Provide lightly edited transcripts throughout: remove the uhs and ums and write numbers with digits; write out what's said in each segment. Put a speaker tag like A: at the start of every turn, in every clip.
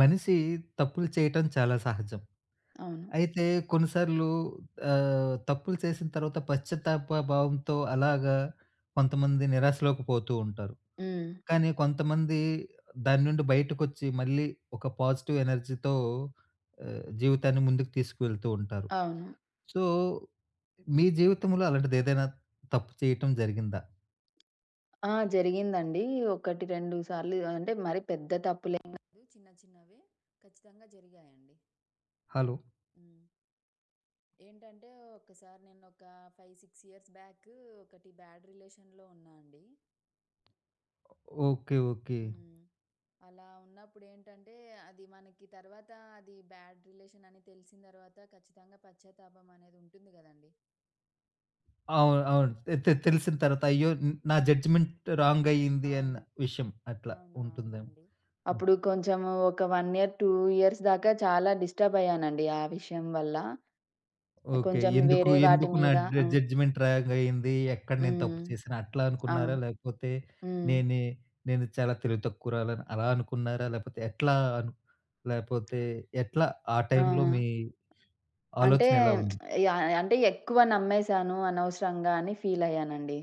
A: మనిషి తప్పులు చేయటం చాలా సహజం.
B: అవును.
A: అయితే కొన్నిసార్లు తప్పులు చేసిన తర్వాత పశ్చాత్తాప భావంతో అలాగా కొంతమంది నిరాశలోకి పోతూ ఉంటారు.
B: హ్మ్.
A: కానీ కొంతమంది దాని నుండి బయటకొచ్చి మళ్ళీ ఒక పాజిటివ్ ఎనర్జీతో జీవితాన్ని ముందుకు తీసుకువెళ్తూ ఉంటారు.
B: అవును.
A: సో, మీ జీవితంలో అలాంటిదేదైనా తప్పు చేయటం జరిగిందా?
B: ఆ! జరిగిందండి. 1, 2 సార్లు అంటే మరి పెద్ద తప్పులేం కాదు. చిన్న చిన్నవే ఖచ్చితంగా జరిగాయండి.
A: హలో.
B: హ్మ్. ఏంటంటే ఒక్కసారి నేనొక 5, 6 ఇయర్స్ బ్యాక్ ఒకటి బ్యాడ్ రిలేషన్‌లో ఉన్నా అండి.
A: Okay, okay.
B: హ్మ్. అలా ఉన్నప్పుడేంటంటే అది మనకి తర్వాత అది బ్యాడ్ రిలేషన్ అని తెలిసిన తర్వాత ఖచ్చితంగా పశ్చాత్తాపం అనేది ఉంటుంది గదండీ!
A: అవును, అవును. తెలిసిన తర్వాత అయ్యో, నా జడ్జ్‌మెంట్ రాంగ్ అయింది అన్న
B: అవును.
A: విషయం అట్లా
B: అవును.
A: ఉంటుందేమో.
B: అవునండి.
A: హ్మ్.
B: అప్పుడు కొంచెం ఒక 1 ఇయర్, 2 ఇయర్స్ దాకా చాలా డిస్టర్బ్ అయ్యానండి ఆ విషయం వల్ల.
A: ఓకే.
B: కొంచెం
A: ఎందుకు,
B: వేరే వాటి
A: ఎందుకు నా
B: మీద.
A: జ
B: హ్మ్.
A: జడ్జ్‌మెంట్ రాంగ్ అయింది? ఎక్కడ నేను తప్పు
B: హ్మ్.
A: చేశాను అట్లా అనుకున్నారా?
B: అవును.
A: లేకపోతే
B: హ్మ్.
A: నేనే, నేను చాలా తెలివి తక్కువరాలని అలా అనుకున్నారా? లేకపోతే ఎట్లా అను, లేపోతే ఎట్లా, ఆ
B: ఆ!
A: టైంలో మీ
B: అంటే
A: ఆలోచన ఎలా ఉంది?
B: యాహ్! అంటే ఎక్కువ నమ్మేశాను అనవసరంగా అని ఫీల్ అయ్యానండి.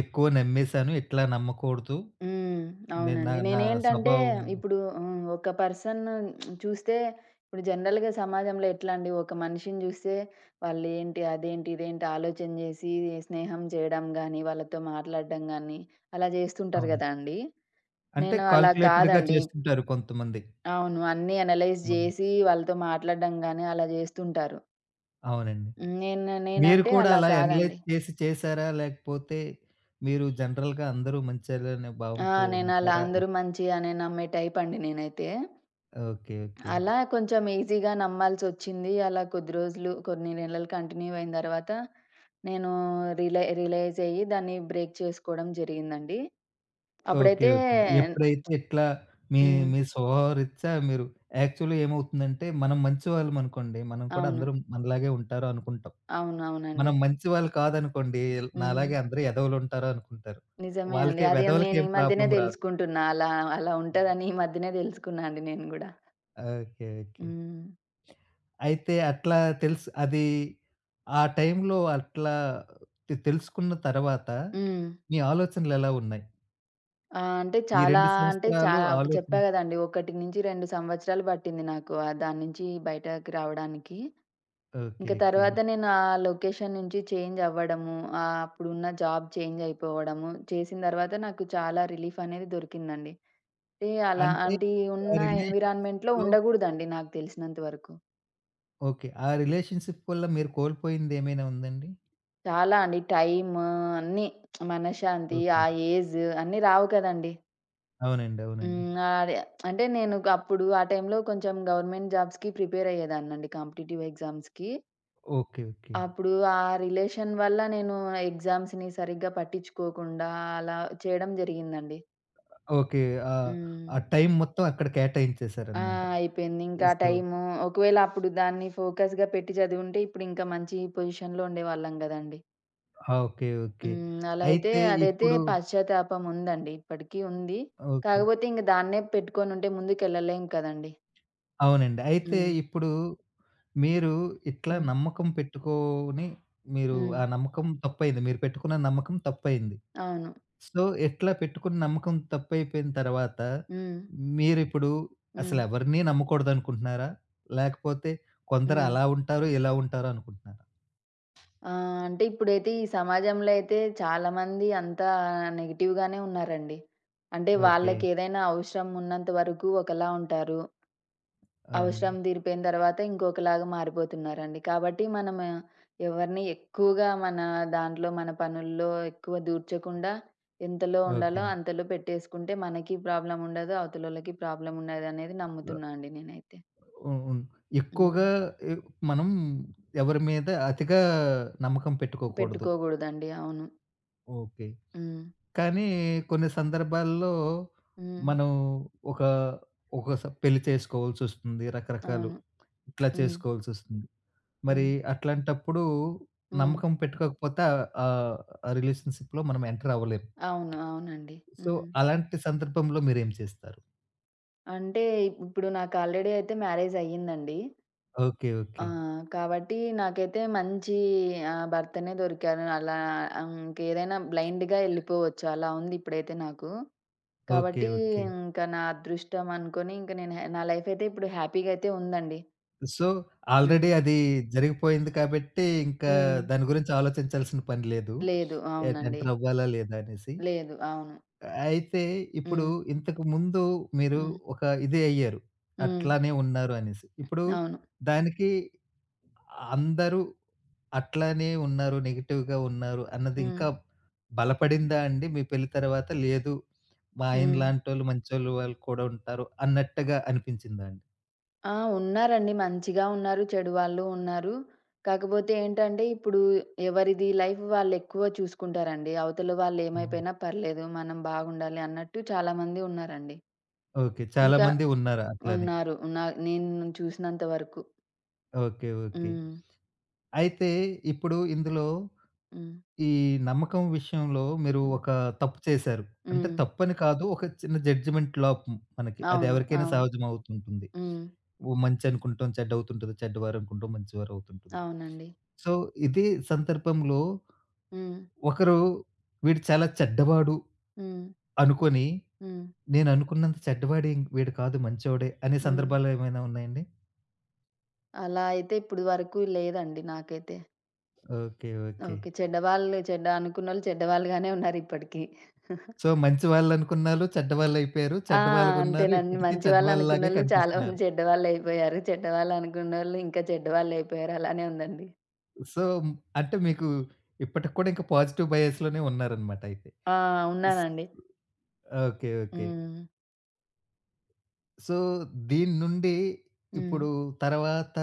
A: ఎక్కువ నమ్మేసాను. ఇట్లా నమ్మకూడదు.
B: హ్మ్.
A: నేను నా
B: అవునండి.
A: నా
B: నేనేంటంటే
A: స్వభావం.
B: ఇప్పుడు, హ్మ్, ఒక పర్సన్ చూస్తే ఇప్పుడు జనరల్‌గా సమాజంలో ఎట్లా అండి, ఒక మనిషిని చూస్తే వాళ్ళేంటి, అదేంటి, ఇదేంటి ఆలోచన చేసి స్నేహం చేయడం గానీ, వాళ్ళతో మాట్లాడడం గానీ, అలా చేస్తుంటారు
A: అవునండి.
B: గదా అండి.
A: అంటే
B: నేను అలా
A: కాలిక్యులేటెడ్‌గా
B: కాదండి.
A: చేస్తుంటారు కొంతమంది.
B: అవును. అన్నీ అనలైజ్
A: అవును,
B: చేసి వాళ్ళతో మాట్లాడడం గానీ అలా చేస్తుంటారు.
A: అవునండి.
B: హ్మ్. నేను
A: మీరు
B: నేనంటే
A: కూడా
B: అలా
A: అలా అనలైజ్
B: కాదండి.
A: చేసి చేసారా? లేకపోతే మీరు జనరల్‌గా అందరూ మంచోళ్ళనే
B: ఆ!
A: భావంతో
B: నేనలా
A: ఉంటారా?
B: అందరూ మంచి అని నమ్మే టైపండి నేనైతే.
A: Okay, okay.
B: అలా కొంచెం ఈజీగా నమ్మాల్సొచ్చింది. అలా కొద్ది రోజులు, కొన్ని నెలలు కంటిన్యూ అయిన తర్వాత నేను రియలైజ్ అయ్యి దాన్ని బ్రేక్ చేసుకోవడం జరిగిందండి.
A: ఓకే,
B: అప్పుడైతే.
A: ఓకే. ఎప్పుడైతే ఇట్లా మీ
B: హ్మ్.
A: మీ స్వభావ రీత్యా మీరు యాక్చువల్‌గా ఏమవుతుందంటే మనం మంచివాళ్ళమనుకోండి. మనం కూడా
B: అవును.
A: అందరూ మనలాగే ఉంటారు అనుకుంటాం. మనం
B: అవునవునండి.
A: మంచివాళ్ళు కాదనుకోండి.
B: హ్మ్.
A: నాలాగే అందరూ ఎదవలుంటారు అనుకుంటారు.
B: నిజమే అండి.
A: వాళ్ళకే,
B: అది నేను
A: వెధవలకేం
B: ఈ మధ్యనే
A: ప్రాబ్లమ్ రాదు.
B: తెలుసుకుంటున్నా. అలా అలా ఉంటదని ఈ మధ్యనే తెలుసుకున్నా అండి నేను గూడా.
A: Okay, okay.
B: హ్మ్.
A: అయితే అట్లా తెలుసు అది, ఆ టైంలో అట్లా తెలుసుకున్న తర్వాత
B: హ్మ్.
A: మీ ఆలోచనలెలా ఉన్నాయి?
B: ఆ! అంటే
A: ఈ
B: చాలా,
A: 2
B: అంటే
A: సంవత్సరాలు
B: చాలా
A: ఆలోచన.
B: చెప్పా గదండీ! 1-2 సంవత్సరాలు పట్టింది నాకు ఆ దాని నుంచి బయటకి రావడానికి.
A: ఓకే,
B: ఇంక
A: ఓకే.
B: తర్వాత నేను ఆ లొకేషన్ నుంచి చేంజ్ అవ్వడము, అప్పుడున్న జాబ్ చేంజ్ అయిపోవడము చేసిన తర్వాత నాకు చాలా రిలీఫ్ అనేది దొరికిందండి. అంటే
A: అంటే
B: అలాంటి
A: ఆ
B: ఉన్న ఎన్విరాన్మెంట్‌లో
A: రిలేషన్‌షిప్‌లో.
B: ఉండగూడదండి నాకు తెలిసినంత వరకు.
A: ఓకే. ఆ రిలేషన్‌షిప్ వల్ల మీరు కోల్పోయింది ఏమైనా ఉందండి?
B: చాలా అండి. టైము, అన్నీ, మనశ్శాంతి,
A: ఓకే.
B: ఏజ్, అన్నీ రావు కదండీ!
A: అవునండి, అవునండి.
B: హ్మ్. అదే, అంటే నేను అప్పుడు ఆ టైంలో కొంచెం గవర్నమెంట్ జాబ్స్‌కి ప్రిపేర్ అయ్యేదాన్నండి, కాంపిటీటివ్ ఎగ్జామ్స్‌కి.
A: ఓకే, ఓకే,
B: అప్పుడు ఆ రిలేషన్ వల్ల నేను ఎగ్జామ్స్‌ని సరిగ్గా పట్టించుకోకుండా అలా చేయడం జరిగిందండి.
A: ఓకే. ఆహ్,
B: హ్మ్.
A: ఆ టైం మొత్తం అక్కడ
B: ఆ!
A: కేటాయించేసారనమాట.
B: అయిపోయింది. ఇంకా
A: సో,
B: టైము, ఒకవేళ అప్పుడు దాన్ని ఫోకస్‌గా పెట్టి చదివుంటే ఇప్పుడు ఇంకా మంచి పొజిషన్‌లో ఉండేవాళ్ళం గదండీ.
A: ఆ! Okay, okay.
B: హ్మ్. అలా అయితే,
A: అయితే
B: అదైతే
A: ఇప్పుడు
B: పశ్చాత్తాపం ఉందండి. ఇప్పటికీ ఉంది.
A: ఓకే.
B: కాకపోతే ఇంక దాన్నే పెట్టుకొనుంటే ముందుకెళ్ళలేం కదండీ.
A: అవునండి. అయితే
B: హ్మ్.
A: ఇప్పుడు మీరు ఇట్లా
B: హ్మ్.
A: నమ్మకం పెట్టుకొని, మీరు
B: హ్మ్.
A: ఆ నమ్మకం తప్పయింది. మీరు పెట్టుకున్న నమ్మకం తప్పయింది.
B: అవును.
A: సో, ఎట్లా పెట్టుకున్న నమ్మకం తప్పైపోయిన తర్వాత
B: హ్మ్.
A: మీరిప్పుడు
B: హ్మ్.
A: అసలెవరిని నమ్మకూడదనుకుంటున్నారా? లేకపోతే కొందరు
B: హ్మ్.
A: అలా ఉంటారు, ఇలా ఉంటారు అనుకుంటున్నారా?
B: ఆ! అంటే ఇప్పుడైతే ఈ సమాజంలో అయితే చాలామంది అంతా నెగెటివ్‌గానే ఉన్నారండి. అంటే
A: ఓకే.
B: వాళ్ళకేదైనా అవసరం ఉన్నంత వరకు ఒకలా ఉంటారు.
A: అవునండి.
B: అవసరం తీరిపోయిన తర్వాత ఇంకొకలాగా మారిపోతున్నారండి. కాబట్టి మనం ఎవరిని ఎక్కువగా దాంట్లో, మన పనుల్లో ఎక్కువ దూర్చకుండా ఎంతలో ఉండాలో
A: ఓకేనండి.
B: అంతలో పెట్టేసుకుంటే మనకి ప్రాబ్లమ్ ఉండదు, అవతలోళ్ళకి ప్రాబ్లమ్ ఉండదనేది నమ్ముతున్నా అండి నేనైతే.
A: హ్మ్, హ్మ్.
B: హ్మ్.
A: ఎక్కువగా ఎ, మనం ఎవరి మీద అతిగా నమ్మకం పెట్టుకోకూడదు.
B: పెట్టుకోకూడదండి. అవును.
A: ఓకే.
B: హ్మ్.
A: కానీ కొన్ని సందర్భాల్లో
B: హ్మ్.
A: మనం ఒక, ఒక పెళ్లి చేసుకోవాల్సొస్తుంది. రకరకాలు
B: అవును.
A: ఇట్లా
B: హ్మ్.
A: చేసుకోవాల్సొస్తుంది. మరి
B: హ్మ్.
A: అట్లాంటప్పుడు
B: హ్మ్.
A: నమ్మకం పెట్టుకోకపోతే ఆహ్, ఆహ్, ఆ రిలేషన్‌షిప్‌లో మనం ఎంటర్ అవ్వలేం.
B: అవును. అవునండి.
A: సో,
B: హ్మ్.
A: అలాంటి సందర్భంలో మీరేం చేస్తారు?
B: అంటే ఇప్పుడు నాకు ఆల్రెడీ అయితే మ్యారేజ్ అయ్యిందండి.
A: Okay, okay.
B: కాబట్టి నాకైతే మంచి భర్తనే దొరికారు. అలా ఇంకేదైనా బ్లైండ్‌గా ఎళ్ళిపోవచ్చు అలా ఉంది ఇప్పుడైతే నాకు.
A: ఓకే,
B: కాబట్టి
A: ఓకే.
B: ఇంకా నా అదృష్టం అనుకోని, ఇంక నేను, నా లైఫ్ అయితే ఇప్పుడు హ్యాపీగా అయితే ఉందండి.
A: సో, ఆల్రెడీ
B: హ్మ్.
A: అది జరిగిపోయింది కాబట్టి ఇంకా
B: హ్మ్.
A: దాని గురించి ఆలోచించాల్సిన పని లేదు.
B: లేదు.
A: ఎ
B: అవునండి.
A: ఎంటర్ అవ్వాలా లేదా అనేసి.
B: లేదు. అవును.
A: అయితే ఇప్పుడు
B: హ్మ్.
A: ఇంతకు ముందు మీరు
B: హ్మ్.
A: ఒక ఇది అయ్యారు.
B: హ్మ్.
A: అట్లానే ఉన్నారు అనేసి. ఇప్పుడు
B: అవును.
A: దానికి అందరూ అట్లానే ఉన్నారు, నెగెటివ్‌గా ఉన్నారు అన్నది
B: హ్మ్.
A: ఇంకా బలపడిందా అండి? మీ పెళ్లి తర్వాత లేదు, మా ఆయన
B: హ్మ్.
A: లాంటోళ్ళు మంచోళ్ళు వాళ్ళు వాళ్ళు కూడా ఉంటారు అన్నట్టుగా అనిపించిందా అండి?
B: ఆ! ఉన్నారండి. మంచిగా ఉన్నారు, చెడు వాళ్ళు ఉన్నారు. కాకపోతే ఏంటంటే, ఇప్పుడు ఎవరిది లైఫ్ వాళ్ళెక్కువ చూసుకుంటారండి. అవతల
A: అవును.
B: వాళ్ళేమైపోయినా పర్లేదు, మనం బాగుండాలి అన్నట్టు చాలామంది ఉన్నారండి.
A: ఓకే. చాలా
B: ఇంకా
A: మంది ఉన్నారు అట్లానే.
B: ఉన్నారు, నేను చూసినంత వరకు.
A: Okay, okay.
B: హ్మ్.
A: అయితే ఇప్పుడు ఇందులో
B: హ్మ్.
A: ఈ నమ్మకం విషయంలో మీరు
B: హ్మ్.
A: ఒక తప్పు చేశారు. అంటే
B: హ్మ్.
A: తప్పని కాదు. ఒక చిన్న జడ్జిమెంట్ లోపం మనకి. అది
B: అవును.
A: ఎవరికైనా
B: అవును.
A: సహజం అవుతుంటుంది.
B: హ్మ్.
A: ఓ మంచి అనుకుంటాం చెడ్డ అవుతుంటది. చెడ్డవారు అనుకుంటాం మంచివారు అవుతుంటుంది.
B: అవునండి.
A: సో, ఇదే సందర్భంలో
B: హ్మ్.
A: ఒకరు వీడు చాలా చెడ్డవాడు
B: హ్మ్.
A: అనుకోని,
B: హ్మ్.
A: నేను అనుకున్నంత చెడ్డవాడే వీడు కాదు మంచోడే అనే
B: హ్మ్.
A: సందర్భాలు ఏమైనా ఉన్నాయండి?
B: అలా అయితే ఇప్పుడు వరకు లేదండి నాకైతే.
A: Okay, okay.
B: ఓకే. చెడ్డవాళ్ళు చెడ్డ అనుకున్నోళ్ళు చెడ్డవాళ్ళుగానే ఉన్నారిప్పటికి.
A: సో, మంచి వాళ్ళనుకున్నారు. చెడ్డవాళ్ళయిపోయారు.
B: ఆ!
A: చెడ్డవాళ్ళుగున్నారు.
B: అంతేనండి.
A: ఇప్పటికీ
B: మంచి
A: చెడ్డవాళ్ళలాగే
B: వాళ్ళనుకున్నోళ్ళు చాలా మంది
A: కనిపిస్తున్నారు.
B: చెడ్డవాళ్ళయిపోయారు. చెడ్డవాళ్ళనుకున్నోళ్ళు ఇంకా చెడ్డవాళ్ళయిపోయారు. అలానే ఉందండి.
A: సో, అంటే మీకు ఇప్పటికి కూడా ఇంకా పాజిటివ్ బయాస్ లోనే ఉన్నారనమాట అయితే.
B: ఆ!
A: స్,
B: ఉన్నానండి.
A: Okay, okay.
B: హ్మ్.
A: సో, దీని నుండి
B: హ్మ్.
A: ఇప్పుడు తర్వాత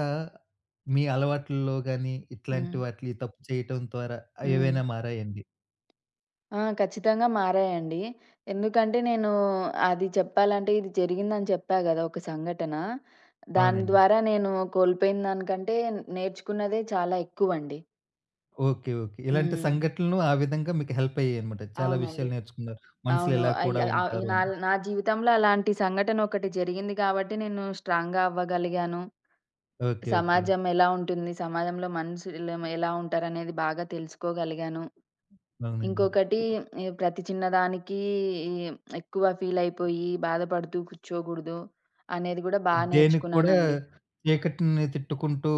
A: మీ అలవాట్లలో గాని,
B: హ్మ్.
A: ఇట్లాంటి వాటిలి తప్పు చేయటం ద్వారా
B: హ్మ్.
A: ఏవైనా మారాయండి?
B: ఆ! ఖచ్చితంగా మారాయండి. ఎందుకంటే నేను, అది చెప్పాలంటే ఇది జరిగిందని చెప్పా గదా! ఒక సంఘటన, దాని
A: అవునండి.
B: ద్వారా నేను కోల్పోయిన దానికంటే నేర్చుకున్నదే చాలా ఎక్కువండి.
A: Okay, okay. ఇలాంటి
B: హ్మ్.
A: సంఘటనలు ఆ విధంగా మీకు హెల్ప్ అయ్యాయనమాట. చాలా
B: అవునండి.
A: విషయాలు నేర్చుకున్నారు. మనుషులు
B: అవును.
A: ఇలా
B: అయ్
A: కూడా
B: ఆహ్, ఈ
A: ఉంటారు
B: నా
A: అని.
B: నా జీవితంలో అలాంటి సంఘటన ఒకటి జరిగింది కాబట్టి నేను స్ట్రాంగ్‌గా అవ్వగలిగాను.
A: Okay, okay.
B: సమాజం ఎలా ఉంటుంది, సమాజంలో మనుషులు ఎలా ఉంటారనేది బాగా తెలుసుకోగలిగాను.
A: అవునండి.
B: ఇంకొకటి, ప్రతి చిన్నదానికి ఈ ఎక్కువ ఫీల్ అయిపోయి బాధపడుతూ కూర్చోకూడదు అనేది కూడా
A: దేనికి కూడా
B: నేర్చుకున్నానండి.
A: చీకటిని తిట్టుకుంటూ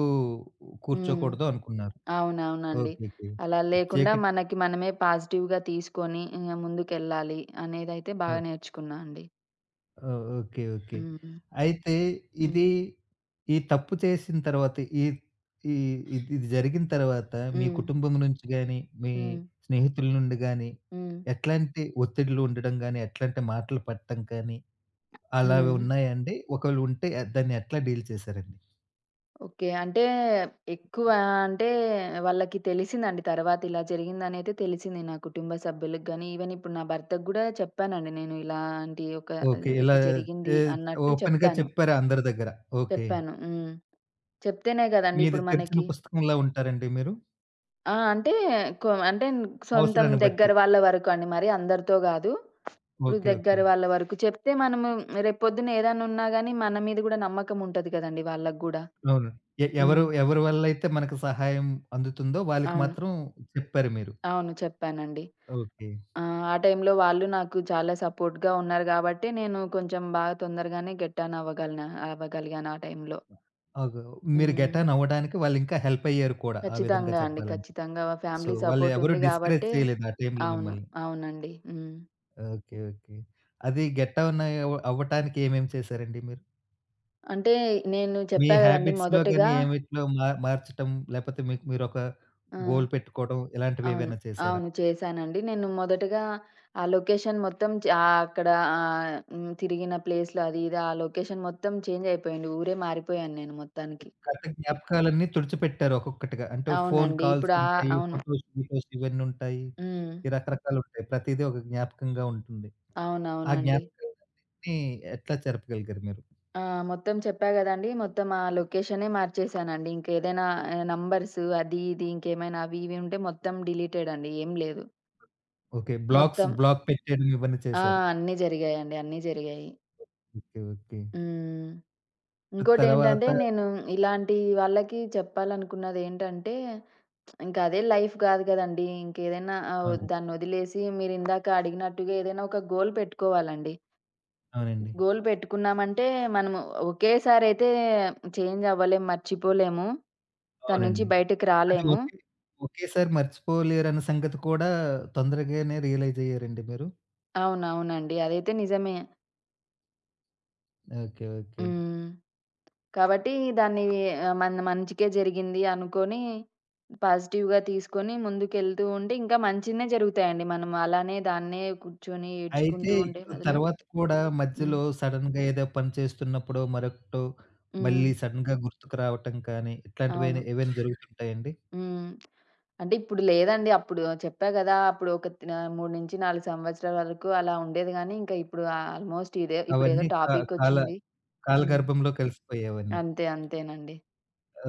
B: హ్మ్.
A: కూర్చోకూడదు అనుకున్నారు.
B: అవునవునండి.
A: Okay, okay.
B: అలా లేకుండా
A: చీకటి,
B: మనకి మనమే పాజిటివ్‌గా తీసుకొని ఇంగ ముందుకెళ్ళాలి అనేదైతే
A: ఓ,
B: బాగా నేర్చుకున్నా అండి.
A: ఓహ్! Okay, okay.
B: హ్మ్.
A: అయితే
B: హ్మ్.
A: ఇది, ఈ తప్పు చేసిన తర్వాత, ఈ, ఈ, ఇది ఇది జరిగిన తర్వాత మీ
B: హ్మ్.
A: కుటుంబం నుంచి గాని, మీ
B: హ్మ్.
A: స్నేహితుల నుండి గాని
B: హ్మ్.
A: ఎట్లాంటి ఒత్తిడులు ఉండడం గాని, ఎట్లాంటి మాటలు పడటం కానీ అలావి
B: హ్మ్.
A: ఉన్నాయా అండి? ఒకవేళ ఉంటే ఎ- దాన్ని ఎట్లా డీల్ చేశారండి?
B: ఓకే. అంటే ఎక్కువ, అంటే వాళ్ళకి తెలిసిందండి తర్వాత, ఇలా జరిగిందనైతే తెలిసింది. నా కుటుంబ సభ్యులకి గాని, ఈవెన్ ఇప్పుడు నా భర్తకి గూడా చెప్పానండి నేను. ఇలాంటి ఒక
A: ఓకే. ఇలా,
B: ఇది జరిగింది
A: ఏ,
B: అన్నట్టు
A: ఓపెన్‌గా
B: చెప్పాను.
A: చెప్పారా అందరి దగ్గర? ఓకే.
B: చెప్పాను. హ్మ్. చెప్తేనే గదండీ
A: మీది
B: ఇప్పుడు
A: తెరిచిన
B: మనకి.
A: పుస్తకంలా ఉంటారండి మీరు?
B: ఆ! అంటే, అంటే సొంతం
A: అవసరాన్ని బట్టి.
B: దగ్గర వాళ్ళ వరకు అండి, మరి అందరితో గాదు. ఇప్పుడు
A: ఓకే, ఓకే.
B: దగ్గర వాళ్ళ వరకు చెప్తే మనము రేపు పొద్దున్న ఏదైనా ఉన్నా గాని మన మీద గూడా నమ్మకం ఉంటది గదండీ వాళ్ళకి గూడా.
A: అవును. ఎవరు
B: హ్మ్.
A: ఎవరి వల్లైతే మనకు సహాయం అందుతుందో వాళ్ళకి
B: అవును.
A: మాత్రం చెప్పారు మీరు.
B: అవును. చెప్పానండి.
A: ఓకే.
B: ఆ టైంలో వాళ్ళు నాకు చాలా సపోర్ట్‌గా ఉన్నారు గాబట్టి, నేను కొంచెం బాగా తొందరగానే గెట్ ఆన్ అవ్వగలన అవ్వగలిగాను ఆ టైంలో.
A: అగొ, మీరు
B: హ్మ్.
A: గెట్ ఆన్ అవ్వడానికి వాళ్ళింకా హెల్ప్ అయ్యారు కూడా ఆ విధంగా
B: ఖచ్చితంగా అండి.
A: చెప్పాలంటే.
B: ఖచ్చితంగా
A: సో,
B: ఫ్యామిలీ సపోర్ట్
A: వాళ్ళెవరు
B: ఉంది
A: డిస్కరేజ్
B: గాబట్టే.
A: చేయలేదు ఆ టైంలో
B: అవును.
A: మిమ్మల్ని.
B: అవునండి. హ్మ్.
A: Okay, okay. అది గెట్ ఆన్ అవ్వటానికి ఏమేమి చేశారండి మీరు?
B: అంటే నేను
A: మీ
B: చెప్పా గదండీ
A: హ్యాబిట్స్‌లో గాని
B: మొదటగా.
A: ఏవిట్లో మార్చటం, లేపోతే మీకు మీరొక
B: ఆ!
A: గోల్ పెట్టుకోవడం
B: అవును.
A: ఇలాంటివేవైనా చేశారా?
B: అవును. చేశానండి. నేను మొదటగా ఆ లొకేషన్ మొత్తం, అక్కడ ఆహ్, హ్మ్. తిరిగిన ప్లేస్‌లో అది ఇది ఆ లొకేషన్ మొత్తం చేంజ్ అయిపోయింది. ఊరే మారిపోయాను నేను మొత్తానికి.
A: గత జ్ఞాపకాలన్నీ తుడిచిపెట్టారు ఒక్కొక్కటిగా. అంటే ఫోను
B: అవునండి.
A: కాల్స్
B: ఇప్పుడు,
A: ఉంటాయి,
B: అవును.
A: ఫోటోస్, వీడియోస్ ఇవన్నుంటాయి.
B: హ్మ్.
A: ఈ రకరకాలుంటాయి. ప్రతీదీ ఒక జ్ఞాపకంగా ఉంటుంది. ఆ
B: అవునవునండి.
A: జ్ఞాపకాలన్నిటిని ఎట్లా జరపగలిగారు మీరు?
B: ఆ! మొత్తం చెప్పా గదండీ! మొత్తం ఆ లొకేషనే మార్చేసానండి. ఇంకేదైనా నంబర్స్, అది, ఇది, ఇంకేమైనా అవి, ఇవి ఉంటే మొత్తం డిలీటెడ్ అండి. ఏం లేదు.
A: ఓకే. బ్లాక్స్,
B: మొత్తం,
A: బ్లాక్ పెట్టేయడం ఇవన్నీ
B: ఆ!
A: చేశారు.
B: అన్నీ జరిగాయండి. అన్నీ జరిగాయి.
A: Okay, okay.
B: హ్మ్. ఇంకోటేంటంటే,
A: తర్వాత
B: నేను ఇలాంటి వాళ్ళకి చెప్పాలనుకున్నదేంటంటే, ఇంక అదే లైఫ్ గాదు గదండీ! ఇంకేదైనా,
A: అవును.
B: దాన్నొదిలేసి మీరిందాక అడిగినట్టుగా ఏదైనా ఒక గోల్ పెట్టుకోవాలండి.
A: అవునండి,
B: గోల్ పెట్టుకున్నామంటే, మనము ఒకేసారయితే చేంజ్ అవ్వలేము, మర్చిపోలేము, దాని నుంచి
A: అవునండి.
B: బయటకి
A: అది
B: రాలేము.
A: ఓకే. ఒకేసారి మర్చిపోలేరన్న సంగతి కూడా తొందరగానే రియలైజ్ అయ్యారండి మీరు?
B: అవునవునండి. అదైతే నిజమే.
A: Okay, okay.
B: హ్మ్. కాబట్టి దాన్ని, మన మంచికే జరిగింది అనుకోని పాజిటివ్‌గా తీసుకొని ముందుకెళ్తూ ఉంటే ఇంకా మంచినే జరుగుతాయండి, మనం అలానే దాన్నే కూర్చొని
A: అయితే
B: ఏడ్చుకుంటూ ఉండే
A: ఇప్పుడు
B: బదులు.
A: తర్వాత కూడా
B: హ్మ్.
A: మధ్యలో సడెన్‌గా ఏదో పని చేస్తున్నప్పుడో, మరొకటో
B: హ్మ్.
A: మళ్ళీ సడెన్‌గా గుర్తుకు రావటం కానీ, ఇట్లాంటివేనా,
B: అవును.
A: ఏవైనా ఏవైనా జరుగుతుంటాయండి?
B: హ్మ్. అంటే ఇప్పుడు లేదండి. అప్పుడు చెప్పా గదా! అప్పుడు ఒక, 3-4 సంవత్సరాల వరకు అలా ఉండేది గానీ, ఇంకా ఇప్పుడు ఆల్మోస్ట్, ఇదే ఇప్పుడేదో
A: అవన్నీ కా, కాల,
B: టాపికొచ్చింది. హ్మ్.
A: కాలగర్భంలో కలిసిపోయేవన్నీ.
B: అంతే. అంతేనండి.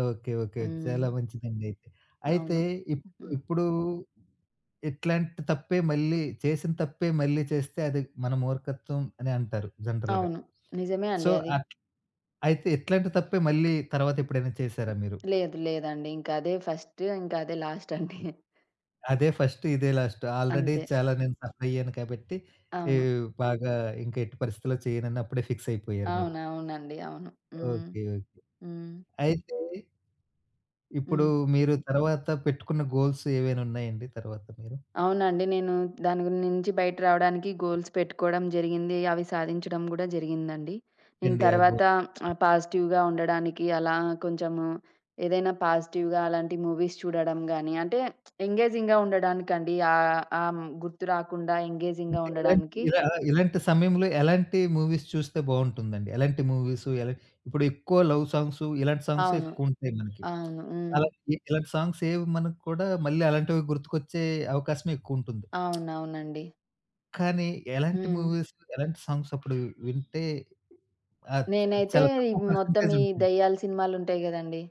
A: Okay, okay.
B: హ్మ్.
A: చాలా మంచిదండి అయితే. అయితే
B: అవును.
A: ఇప్
B: హ్మ్.
A: ఇప్పుడు ఇట్లాంటి తప్పే మళ్ళీ చేసిన తప్పే మళ్ళీ చేస్తే అది మన మూర్ఖత్వం అని అంటారు జనరల్‌గా.
B: అవును. నిజమే
A: సో,
B: అండి అది.
A: అట్, అయితే ఇట్లాంటి తప్పే మళ్ళీ తర్వాత ఎప్పుడైనా చేసారా మీరు?
B: లేదు. లేదండి. ఇంకా అదే ఫస్ట్, ఇంకా అదే లాస్ట్ అండి.
A: అదే ఫస్ట్. ఇదే లాస్ట్. ఆల్రెడీ
B: అంతే.
A: చాలా నేను సఫర్ అయ్యాను కాబట్టి ఈ
B: అవును.
A: బాగా ఇంక ఎట్టి పరిస్థితిలో చేయనని అప్పుడే ఫిక్స్ అయిపోయారు మీరు.
B: అవును. అవునండి. అవును. హ్మ్.
A: Okay, okay.
B: హ్మ్.
A: అయితే ఇప్పుడు
B: హ్మ్.
A: మీరు తర్వాత పెట్టుకున్న గోల్స్ ఏవైనా ఉన్నాయండి తర్వాత మీరు?
B: అవునండి. నేను దాని నుంచి బయట రావడానికి గోల్స్ పెట్టుకోవడం జరిగింది, అవి సాధించడం గూడా జరిగిందండి. నేను
A: ఇండియా
B: తర్వాత,
A: గోల్స్.
B: పాజిటివ్‌గా ఉండడానికి అలా కొంచెము, ఏదైనా పాజిటివ్‌గా అలాంటి మూవీస్ చూడడం గానీ, అంటే ఎంగేజింగ్‌గా ఉండడానికండి. ఆహ్, ఆహ్, గుర్తు రాకుండా ఎంగేజింగ్‌గా
A: అంటే ఎలాంటి
B: ఉండడానికి.
A: ఇలా, ఇలాంటి సమయంలో ఎలాంటి మూవీస్ చూస్తే బావుంటుందండి? ఎలాంటి మూవీసు ఎలా, ఇప్పుడు ఎక్కువ లవ్ సాంగ్సు ఇలాంటి సాంగ్సే
B: అవును.
A: ఎక్కువుంటాయి మనకి.
B: అవును. హ్మ్.
A: అలా ఇలాంటి సాంగ్స్ ఏవి మనకు కూడా మళ్ళీ అలాంటివి గుర్తుకొచ్చే అవకాశమే ఎక్కువుంటుంది.
B: అవునవునండి.
A: కానీ ఎలాంటి
B: హ్మ్.
A: మూవీస్, ఎలాంటి సాంగ్స్ అప్పుడు వింటే చ,
B: నేనైతే
A: చాలా
B: ఈ
A: తక్కువ
B: మొత్తం
A: పర్సెంటేజ్
B: ఈ
A: ఉంటుంది.
B: దెయ్యాల సినిమాలుంటాయి గదండీ!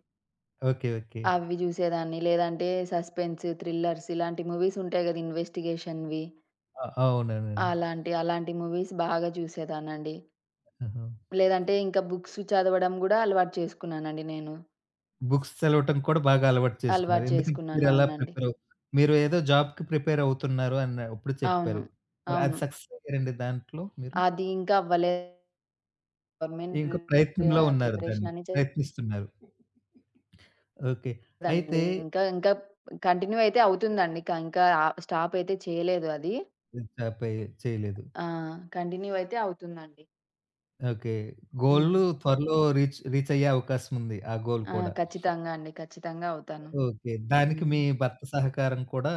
A: Okay, okay.
B: అవి జూసేదాన్ని. లేదంటే సస్పెన్స్, థ్రిల్లర్స్ ఇలాంటి మూవీస్ ఉంటాయి గదా, ఇన్వెస్టిగేషన్‌వి.
A: అవునవునండి.
B: అలాంటి మూవీస్ బాగా జూసేదాన్నండి.
A: ఆహా!
B: లేదంటే ఇంకా బుక్స్ చదవడం గూడా అలవాటు చేసుకున్నానండి నేను.
A: బుక్స్ చదవటం కూడా బాగా అలవాటు చేసుకున్నారు.
B: అలవాటు
A: ఎందుకంటే
B: చేసుకున్నాను.
A: మీరలా
B: అవునండి.
A: ప్రిపేర్ అవు, మీరు ఏదో జాబ్‌కి ప్రిపేర్ అవుతున్నారు అన్నప్పుడు
B: అవును.
A: చెప్పారు. మరి అది
B: అవును.
A: సక్సెస్ అయ్యారండి దాంట్లో మీరు?
B: అది ఇంకా అవ్వలేదు. గవర్నమెంట్
A: ఇంకా ప్రయత్నంలో ఉన్నారు దాన్ని.
B: ప్రిపరేషన్ అని
A: ప్రయత్నిస్తున్నారు. ఓకే. అయితే
B: చేసేదండి. ఇంకా ఇంకా కంటిన్యూ అయితే అవుతుందండి. ఇంకా, స్టాప్ అయితే చేయలేదు అది.
A: జాబ్ అయ్యే- చేయలేదు.
B: ఆ! కంటిన్యూ అయితే అవుతుందండి.
A: ఓకే. గోల్
B: హ్మ్.
A: త్వరలో రీచ్ రీచ్ అయ్యే అవకాశం ఉంది. ఆ గోల్
B: ఆ!
A: కూడా.
B: ఖచ్చితంగా అండి. ఖచ్చితంగా అవుతాను.
A: ఓకే. దానికి
B: హ్మ్.
A: మీ భర్త సహకారం కూడా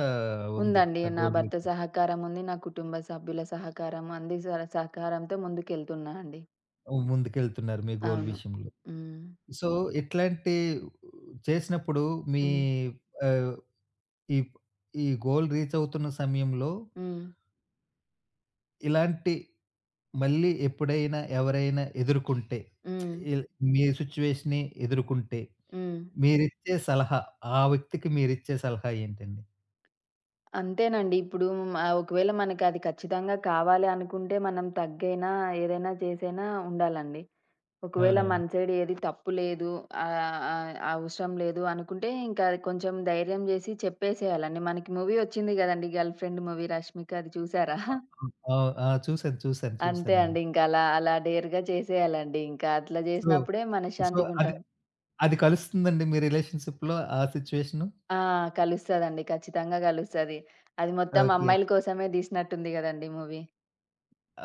A: ఉంది.
B: ఉందండి.
A: ఆ
B: నా
A: గోల్
B: భర్త
A: విషయంలో.
B: సహకారం ఉంది. నా కుటుంబ సభ్యుల సహకారం, అందరి సహకారంతో ముందుకెళ్తున్నా అండి.
A: ముందుకెళ్తున్నారు మీ గోల్
B: అవును.
A: విషయంలో.
B: హ్మ్.
A: సో, ఇట్లాంటి చేసినప్పుడు మీ,
B: హ్మ్.
A: ఆహ్, ఈ, ఈ గోల్ రీచ్ అవుతున్న సమయంలో
B: హ్మ్.
A: ఇలాంటి మళ్ళీ ఎప్పుడైనా ఎవరైనా ఎదుర్కొంటే,
B: హ్మ్.
A: ఇల్, మీ సిట్యుయేషన్‌ని ఎదుర్కొంటే
B: హ్మ్.
A: మీరిచ్చే సలహా, ఆ వ్యక్తికి మీరిచ్చే సలహా ఏంటండి?
B: అంతేనండి. ఇప్పుడు, ఒకవేళ మనకది ఖచ్చితంగా కావాలి అనుకుంటే మనం తగ్గైనా, ఏదైనా చేసైనా ఉండాలండి. ఒకవేళ
A: అవునండి.
B: మన సైడ్ ఏది తప్పు లేదు, ఆహ్, ఆహ్, అవసరం లేదు అనుకుంటే ఇంకా అది కొంచెం ధైర్యం చేసి చెప్పేసేయాలండి. మనకి మూవీ వచ్చింది కదండీ! 'గర్ల్ ఫ్రెండ్' మూవీ, 'రష్మికది' చూసారా?
A: ఆ! ఆ! ఆ! చూసాను, చూసాను,
B: అంతే
A: చూసానండి.
B: అండి. ఇంక అలా డేర్‌గా చేసేయాలండి. ఇంకా అట్లా
A: సో,
B: జేసినప్పుడే
A: సో,
B: మనశ్శాంతిగుంటాం.
A: అది కలుస్తుందండి మీ రిలేషన్‌షిప్‌లో ఆ సిట్యుయేషను?
B: ఆ! కలుస్తదండి. ఖచ్చితంగా గలుస్తది. అది మొత్తం
A: ఓకే,
B: అమ్మాయిల కోసమే దీసినట్టుంది గదండీ మూవీ.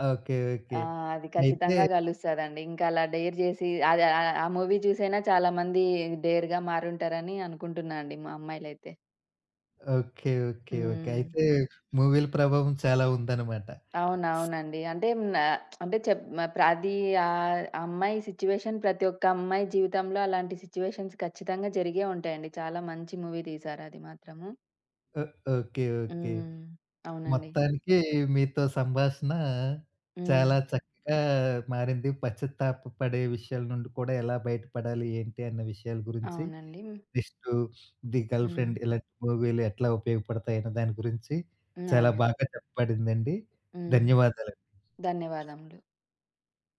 A: Okay, okay.
B: ఆ! అది
A: అయితే
B: ఖచ్చితంగా గలుస్తదండి. ఇంకా అలా డేర్ జేసి అది, ఆ మూవీ జూసైనా చాలా మంది డేర్‌గా మారుంటారని అనుకుంటున్నా అండి, మా అమ్మాయిలైతే.
A: Okay, okay, okay.
B: హ్మ్.
A: అయితే మూవీల ప్రభావం చాలా ఉందన్నమాట.
B: అవునవునండి. అంటే, న అంటే చెప్ మ ప్రతి అమ్మాయి సిట్యుయేషన్, ప్రతి ఒక్క అమ్మాయి జీవితంలో అలాంటి సిట్యుయేషన్స్ ఖచ్చితంగా జరిగే ఉంటాయండి. చాలా మంచి మూవీ తీశారు అది మాత్రము.
A: ఓ, ఓకే, ఓకే.
B: హ్మ్. అవునండి.
A: మొత్తానికి మీతో సంభాషణ
B: హ్మ్.
A: చాలా చక్కగా మారింది. పశ్చాత్తాప పడే విషయాల నుండి కూడా ఎలా బయటపడాలి, ఏంటి అన్న విషయాల గురించి,
B: అవునండి. హ్మ్.
A: Next 'the girl
B: hmm.
A: Friend' ఇలాంటి మూవీలు ఎట్లా ఉపయోగపడతాయన్న దాని గురించి చాలా
B: అవును.
A: బాగా చెప్పబడిందండి.
B: హ్మ్.
A: ధన్యవాదాలు.
B: ధన్యవాదములు.